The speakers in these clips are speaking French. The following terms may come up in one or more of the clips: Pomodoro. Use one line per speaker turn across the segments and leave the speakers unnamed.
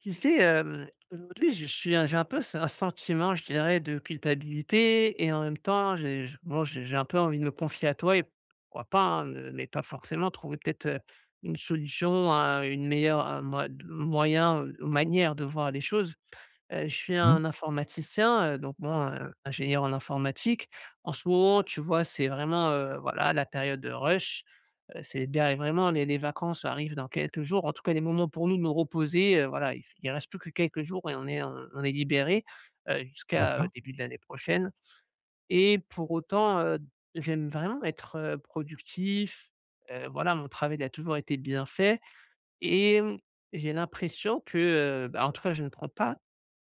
Tu sais, aujourd'hui, je suis un j'ai un peu ce un sentiment, je dirais, de culpabilité et en même temps, j'ai j bon, j'ai un peu envie de me confier à toi et pourquoi pas, hein, mais pas forcément trouver peut-être, une solution, un une meilleure, un moy moyen, manière de voir les choses. Je suis
Mmh.
un informaticien, donc bon, ingénieur en informatique. En ce moment, tu vois, c'est vraiment, voilà, la période de rush. C'est der vraiment, les vacances arrivent dans quelques jours. En tout cas, les moments pour nous de nous reposer, voilà, il reste plus que quelques jours et on est libéré jusqu'à,
D'accord,
début de l'année prochaine. Et pour autant, j'aime vraiment être, productif. Voilà, mon travail, il a toujours été bien fait, et j'ai l'impression que, bah, en tout cas, je ne prends pas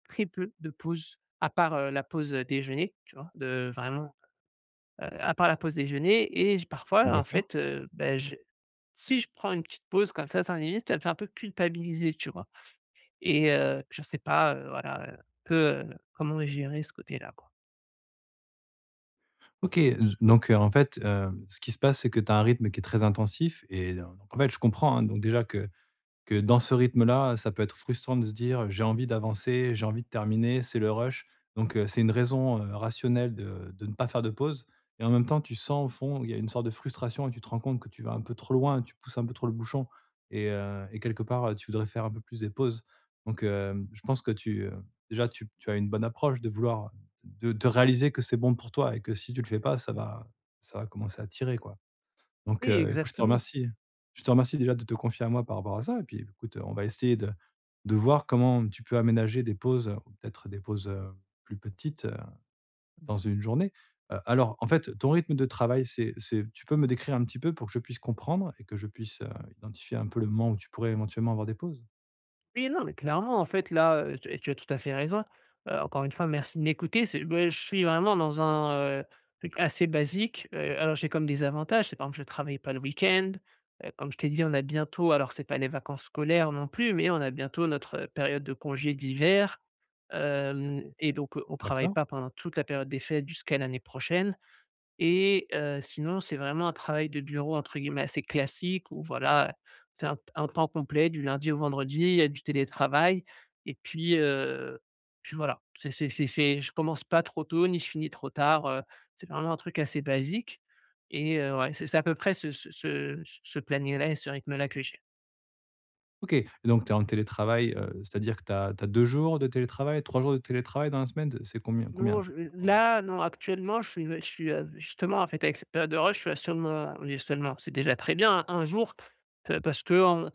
très peu de pauses, à part, la pause déjeuner, tu vois? De vraiment, à part la pause déjeuner et j parfois, en
d'accord.
fait, bah, je si je prends une petite pause comme ça, 5 minutes, ça me fait un peu culpabiliser, tu vois? Et je ne sais pas, voilà, un peu, comment gérer ce côté-là, quoi?
OK, z donc en fait, ce qui se passe, c'est que tu as un rythme qui est très intensif et donc en fait, je comprends, hein, donc déjà que dans ce rythme-là, ça peut être frustrant de se dire: «J'ai envie d'avancer, j'ai envie de terminer, c'est le rush». Donc, c'est une raison, rationnelle de ne pas faire de pause et en même temps, tu sens au fond, il y a une sorte de frustration et tu te rends compte que tu vas un peu trop loin, tu pousses un peu trop le bouchon et, et quelque part, tu voudrais faire un peu plus des pauses. Donc, je pense que déjà tu as une bonne approche de vouloir de réaliser que c'est bon pour toi et que si tu le fais pas, ça va commencer à tirer, quoi. Donc,
Oui,
écoute, je te
exactement.
remercie. Je te remercie déjà de te confier à moi par rapport à ça et puis écoute, on va essayer de voir comment tu peux aménager des pauses, ou peut-être des pauses, plus petites, dans une journée. Alors en fait, ton rythme de travail, c'est tu peux me décrire un petit peu pour que je puisse comprendre et que je puisse, identifier un peu le moment où tu pourrais éventuellement avoir des pauses?
Oui, non, mais clairement, en fait, là, tu as tout à fait raison. Encore une fois, merci de m'écouter. Je suis vraiment dans un, truc assez basique. Alors j'ai comme des avantages, c'est par exemple, je ne travaille pas le week-end. Comme je t'ai dit, on a bientôt, alors c'est pas les vacances scolaires non plus, mais on a bientôt notre, période de congé d'hiver. Hem Et donc, on ne travaille
D'accord.
pas pendant toute la période des fêtes jusqu'à l'année prochaine. Et sinon, c'est vraiment un travail de bureau, entre guillemets, assez «classique» où voilà, c'est un temps complet du lundi au vendredi, il y a du télétravail et puis, puis voilà. C'est je commence pas trop tôt ni je finis trop tard, c'est vraiment un truc assez basique, et ouais, c'est à peu près ce planning-là et ce rythme-là que j'ai.
OK. Et donc tu es en télétravail, c'est-à-dire que tu as 2 jours de télétravail, 3 jours de télétravail dans la semaine? C'est combien à
Non,
peu
je
près? Pour avoir une-
là, non, actuellement, je suis, justement en fait, avec cette période de rush, je suis à seulement, oui, seulement, c'est déjà très bien, un jour, parce que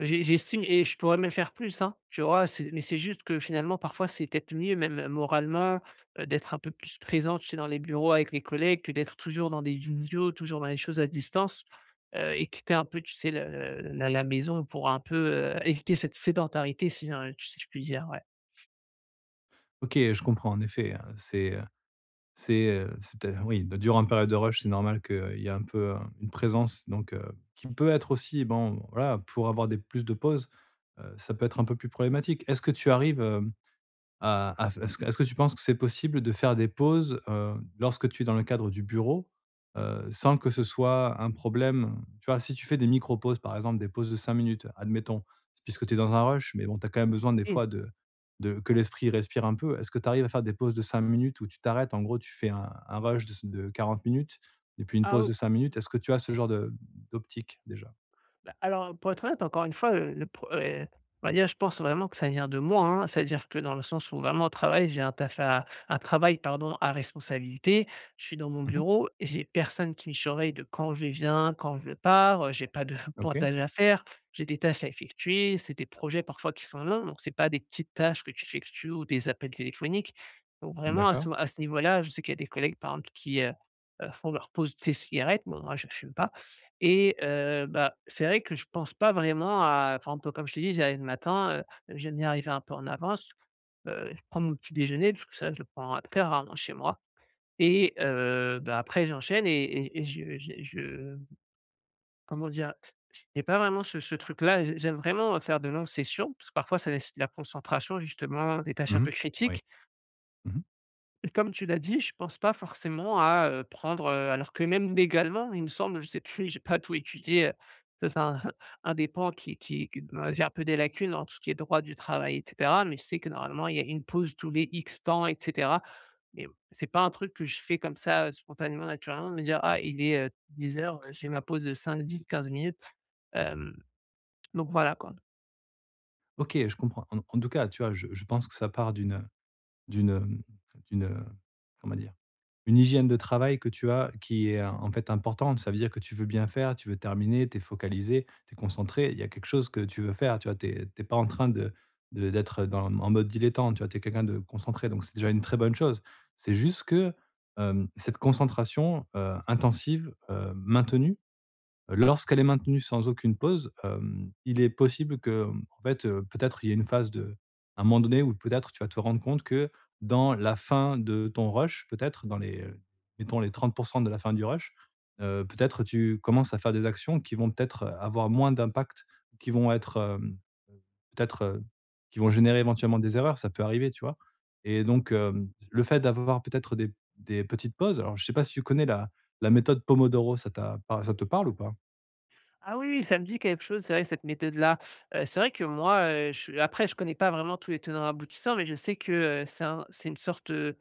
J'estime, et je pourrais même faire plus, hein, tu vois? C'est Mais c'est juste que, finalement, parfois, c'est peut-être mieux même moralement, d'être un peu plus présente, tu sais, dans les bureaux avec les collègues, que d'être toujours dans des vidéos, toujours dans les choses à distance, et quitter un peu, tu sais, le la maison pour un peu, éviter cette sédentarité, si, tu sais je puis dire, ouais.
OK, je comprends en effet. C'est peut-être oui, durant une période de rush, c'est normal qu'il y a un peu, une présence donc, qui peut être aussi bon, voilà, pour avoir des plus de pauses, ça peut être un peu plus problématique. Heu, est-ce que tu penses que c'est possible de faire des pauses, lorsque tu es dans le cadre du bureau, sans que ce soit un problème? Tu vois, si tu fais des micro-pauses, par exemple, des pauses de 5 minutes, admettons, puisque tu es dans un rush, mais bon, tu as quand même besoin des
Oui.
fois de que l'esprit respire un peu. Est-ce que tu arrives à faire des pauses de 5 minutes où tu t'arrêtes? En gros, tu fais un rush de 40 minutes et puis une
Ah
pause
oui.
de 5 minutes. Est-ce que tu as ce genre de d'optique déjà?
Bah, alors, pour être honnête, encore une fois, le pro on va dire, je pense vraiment que ça vient de moi, hein. C'est-à-dire que, dans le sens où, vraiment, au travail, j'ai un travail, pardon, à responsabilité. Je suis dans mon
Mmh.
bureau, et j'ai personne qui me surveille de quand je viens, quand je pars, j'ai pas de
OK,
pointage à faire. J'ai des tâches à effectuer, c'est des projets parfois qui sont longs, donc c'est pas des petites tâches que tu effectues ou des appels téléphoniques. Donc vraiment,
d'accord.
à ce niveau-là, je sais qu'il y a des collègues, par exemple, qui, font leur pause thé cigarette. Bon, moi, je ne fume pas. Et bah, c'est vrai que je pense pas vraiment à, par exemple, comme je te dit, j'arrive le matin, j'aime bien arriver un peu en avance, je prends mon petit déjeuner parce que c'est je le prends très rarement chez moi, et bah, après j'enchaîne, et je comment dire? J'ai pas vraiment ce truc-là, j'aime vraiment faire de longues sessions parce que parfois ça nécessite de la concentration, justement, des tâches un
Mmh.
peu
Oui.
critiques,
Mmh.
et comme tu l'as dit, je pense pas forcément à, prendre, alors que, même légalement, il me semble, je sais plus, j'ai pas tout étudié, ça c'est un un des pans qui on va dire, un peu des lacunes en tout ce qui est droit du travail et cetera, mais je sais que normalement il y a une pause tous les X temps, et cetera. Mais c'est pas un truc que je fais comme ça, spontanément, naturellement, de me dire: «Ah, il est, 10h, j'ai ma pause de 5, 10, 15 minutes Hem, donc voilà, quoi.
OK, je comprends. En tout cas, tu vois, je pense que ça part D'une, euh, d'une, euh, comment dire? Une hygiène de travail que tu as qui est, en fait, importante. Ça veut dire que tu veux bien faire, tu veux terminer, tu es focalisé, tu es concentré. Il y a quelque chose que tu veux faire, tu vois? T'es pas en train de d'être dans en mode dilettante, tu vois? Tu es quelqu'un de concentré, donc c'est déjà une très bonne chose. C'est juste que, cette concentration, intensive, maintenue lorsqu'elle est maintenue sans aucune pause, il est possible que, en fait, peut-être il y ait une phase de à un moment donné où peut-être tu vas te rendre compte que dans la fin de ton rush, peut-être dans les, mettons les 30 de la fin du rush, peut-être tu commences à faire des actions qui vont peut-être avoir moins d'impact, qui vont être, hem peut-être, qui vont générer éventuellement des erreurs, ça peut arriver, tu vois? Et donc, le fait d'avoir peut-être des petites pauses. Alors je sais pas si tu connais la méthode Pomodoro, ça te parle ou pas?
Ah oui, oui, ça me dit quelque chose, c'est vrai, cette méthode-là. C'est vrai que moi, je après, je connais pas vraiment tous les tenants aboutissants, mais je sais que, c'est un c'est une sorte,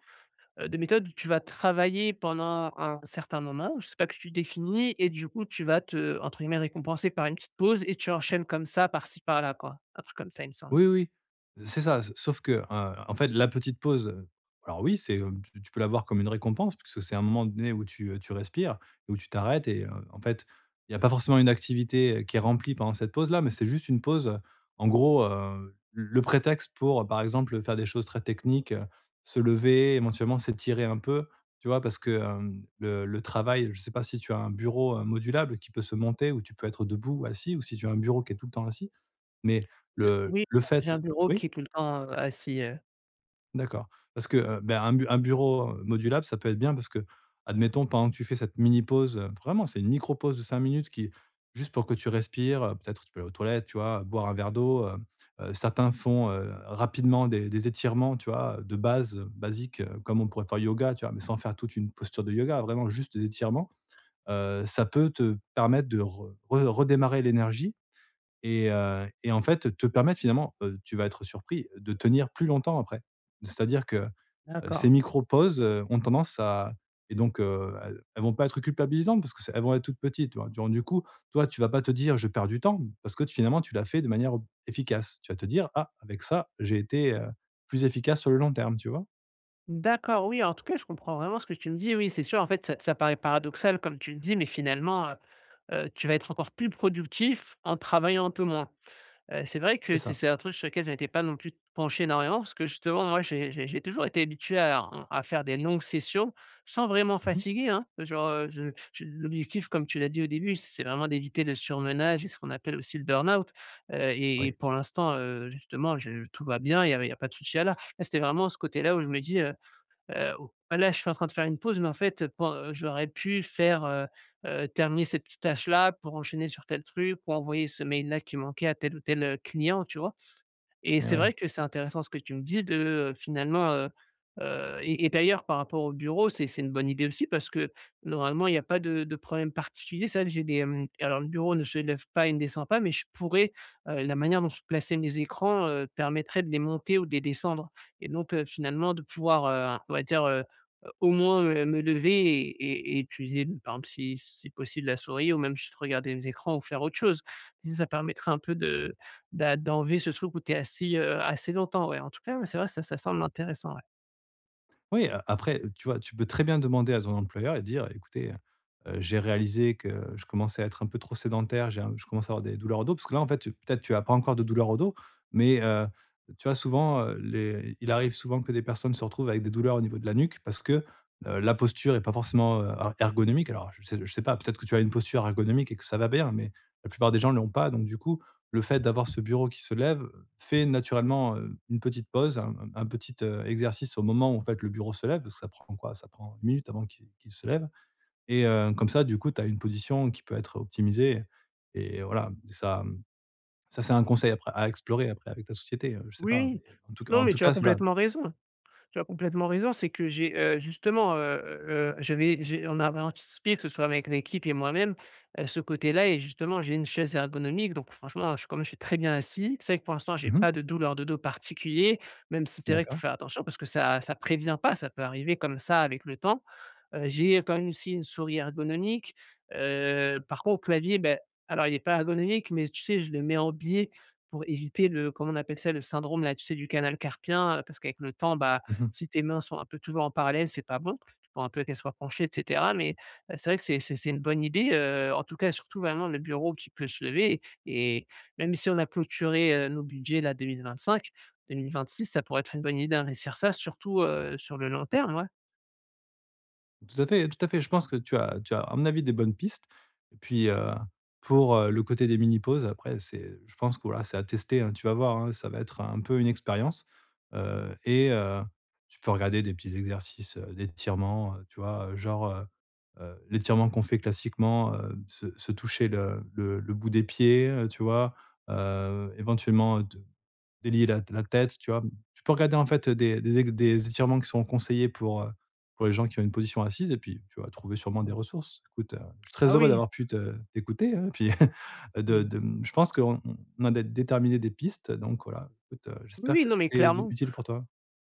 de méthode où tu vas travailler pendant un certain moment, je sais pas, que tu définis, et du coup tu vas te, entre guillemets, «récompenser» par une petite pause et tu enchaînes comme ça, par-ci par-là, quoi. Un truc comme ça, il me semble.
Oui, oui, oui. C'est ça. S Sauf que, en fait, la petite pause, alors oui, tu peux la voir comme une récompense puisque c'est un moment donné où tu respires et où tu t'arrêtes et, en fait, il y a pas forcément une activité, qui est remplie pendant cette pause-là, mais c'est juste une pause, en gros, le prétexte pour, par exemple, faire des choses très techniques, se lever, éventuellement s'étirer un peu, tu vois? Parce que, le travail, je ne sais pas si tu as un bureau, modulable qui peut se monter où tu peux être debout, assis ou si tu as un bureau qui est tout le temps assis. Mais le
Oui,
le
j'ai un
fait.
bureau
Oui?
qui est tout le temps, assis,
D'accord. Parce que, ben, un bureau, modulable, ça peut être bien parce que, admettons, pendant que tu fais cette mini pause, vraiment, c'est une micro pause de 5 minutes qui juste pour que tu respires, peut-être tu peux aller aux toilettes, tu vois? Boire un verre d'eau. Certains font, rapidement des étirements, tu vois? De base, basiques, comme on pourrait faire yoga, tu vois? Mais sans faire toute une posture de yoga, vraiment juste des étirements. Ça peut te permettre de re re redémarrer l'énergie et, et en fait, te permettre finalement, tu vas être surpris, de tenir plus longtemps après. C'est-à-dire que, ces
d'accord.
micro-pauses, ont tendance à. Et donc, elles vont pas être culpabilisantes parce que c'est elles vont être toutes petites, tu vois? Donc du coup, toi, tu vas pas te dire: «Je perds du temps» parce que finalement, tu l'as fait de manière efficace. Tu vas te dire: «Ah, avec ça, j'ai été, plus efficace sur le long terme», tu vois?
D'accord, oui, en tout cas, je comprends vraiment ce que tu me dis. Oui, c'est sûr, en fait, ça paraît paradoxal, comme tu le dis, mais finalement, tu vas être encore plus productif en travaillant un peu moins. C'est vrai que
C'est
c'est
ça.
c'est un truc sur lequel je n'étais pas non plus penché énormément parce que justement, moi, j'ai toujours été habitué à faire des longues sessions sans vraiment
Mmh.
fatiguer, hein. Genre, je l'objectif, comme tu l'as dit au début, c'est vraiment d'éviter le surmenage et ce qu'on appelle aussi le burn-out. Et pour l'instant, justement, je tout va bien, il n'y avait il y a pas de souci à là. Là, c'était vraiment ce côté-là où je me dis, oh, ah, là, je suis en train de faire une pause, mais en fait, pen j'aurais pu faire, terminer cette petite tâche-là pour enchaîner sur tel truc, pour envoyer ce mail-là qui manquait à tel ou tel, client, tu vois? Et c'est
Ouais.
vrai que c'est intéressant ce que tu me dis, de, finalement, et d'ailleurs, par rapport au bureau, c'est une bonne idée aussi, parce que normalement il n'y a pas de problème particulier. Ça j'ai des, hem Alors, le bureau ne se lève pas et ne descend pas, mais je pourrais, la manière dont sont placés mes écrans, permettrait de les monter ou de les descendre, et donc, finalement, de pouvoir, on va dire, au moins, me lever et et utiliser, par exemple, si c'est possible, la souris, ou même juste regarder les écrans ou faire autre chose. Ça permettrait un peu de d'a d'enlever ce truc où tu es assis, assez longtemps, ouais. En tout cas, ouais, c'est vrai, ça semble intéressant, ouais.
Oui, a après, tu vois, tu peux très bien demander à ton employeur et dire: «Écoutez, j'ai réalisé que je commençais à être un peu trop sédentaire, j'ai un je commence à avoir des douleurs au dos». Parce que là, en fait, peut-être tu n'as pas encore de douleurs au dos, mais, tu vois, souvent, les il arrive souvent que des personnes se retrouvent avec des douleurs au niveau de la nuque parce que, la posture est pas forcément, er ergonomique. Alors je sais pas, peut-être que tu as une posture ergonomique et que ça va bien, mais la plupart des gens ne l'ont pas. Donc du coup, le fait d'avoir ce bureau qui se lève fais naturellement, une petite pause, un petit, exercice au moment où en fait le bureau se lève, parce que ça prend quoi? Ça prend 1 minute avant qu'il se lève et, comme ça du coup tu as une position qui peut être optimisée et voilà, ça, ça c'est un conseil après à explorer après avec ta société, je sais
Oui,
pas,
oui.
mais
Non,
en
mais
tout
tu as
cas, voilà.
complètement raison. Tu as complètement raison, c'est que j'ai, justement, j'ai, on avait anticipé, que ce soit avec l'équipe et moi-même, ce côté-là, et justement, j'ai une chaise ergonomique, donc franchement, je comme je suis très bien assis, c'est vrai que pour l'instant, j'ai
Mmh.
pas de douleur de dos particulier, même si c'est vrai qu'il faut
D'accord.
faire attention parce que ça prévient pas, ça peut arriver comme ça avec le temps. J'ai quand même aussi une souris ergonomique. Par contre, clavier, ben alors il est pas ergonomique, mais tu sais, je le mets en biais pour éviter le, comment on appelle ça? Le syndrome, là, tu sais, du canal carpien, parce qu'avec le temps, bah,
Mmh.
si tes mains sont un peu toujours en parallèle, c'est pas bon. Il faut un peu qu'elles soient penchées, et cetera, mais c'est vrai que c'est une bonne idée, en tout cas, surtout vraiment le bureau qui peut se lever, et même si on a clôturé, nos budgets là, 2025, 2026, ça pourrait être une bonne idée d'investir ça, surtout, sur le long terme, ouais.
Tout à fait, tout à fait. Je pense que tu as, à mon avis, des bonnes pistes et puis, pour, le côté des mini pauses après c'est je pense que voilà, c'est à tester, hein. Tu vas voir, hein, ça va être un peu une expérience, et, tu peux regarder des petits exercices, d'étirement, tu vois? Genre, l'étirement qu'on fait classiquement, se se toucher le bout des pieds, tu vois? Éventuellement, délier la tête, tu vois? Tu peux regarder en fait des étirements qui sont conseillés pour les gens qui ont une position assise et puis tu vas trouver sûrement des
Mmh.
ressources. Écoute, je suis très
Ah
heureux
oui,
d'avoir pu te t'écouter, hein, et puis
mmh.
je pense qu'on on a dé déterminé des pistes, donc voilà. Écoute,
Oui,
j'espère
oui,
que
non, mais
c'était du
clairement.
utile pour toi.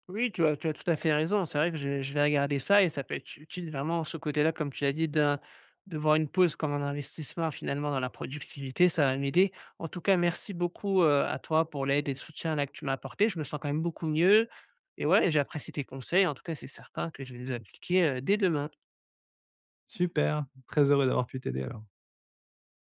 Oui, tu as tout à fait raison. C'est vrai que je vais regarder ça, et ça peut être utile, vraiment, ce côté-là, comme tu l'as dit, d'un de voir une pause comme un investissement, finalement, dans la productivité, ça va m'aider. En tout cas, merci beaucoup, à toi, pour l'aide et le soutien là que tu m'as apporté. Je me sens quand même beaucoup mieux, et ouais, j'ai apprécié tes conseils. En tout cas, c'est certain que je vais les appliquer, dès demain.
Super, très heureux d'avoir pu t'aider alors.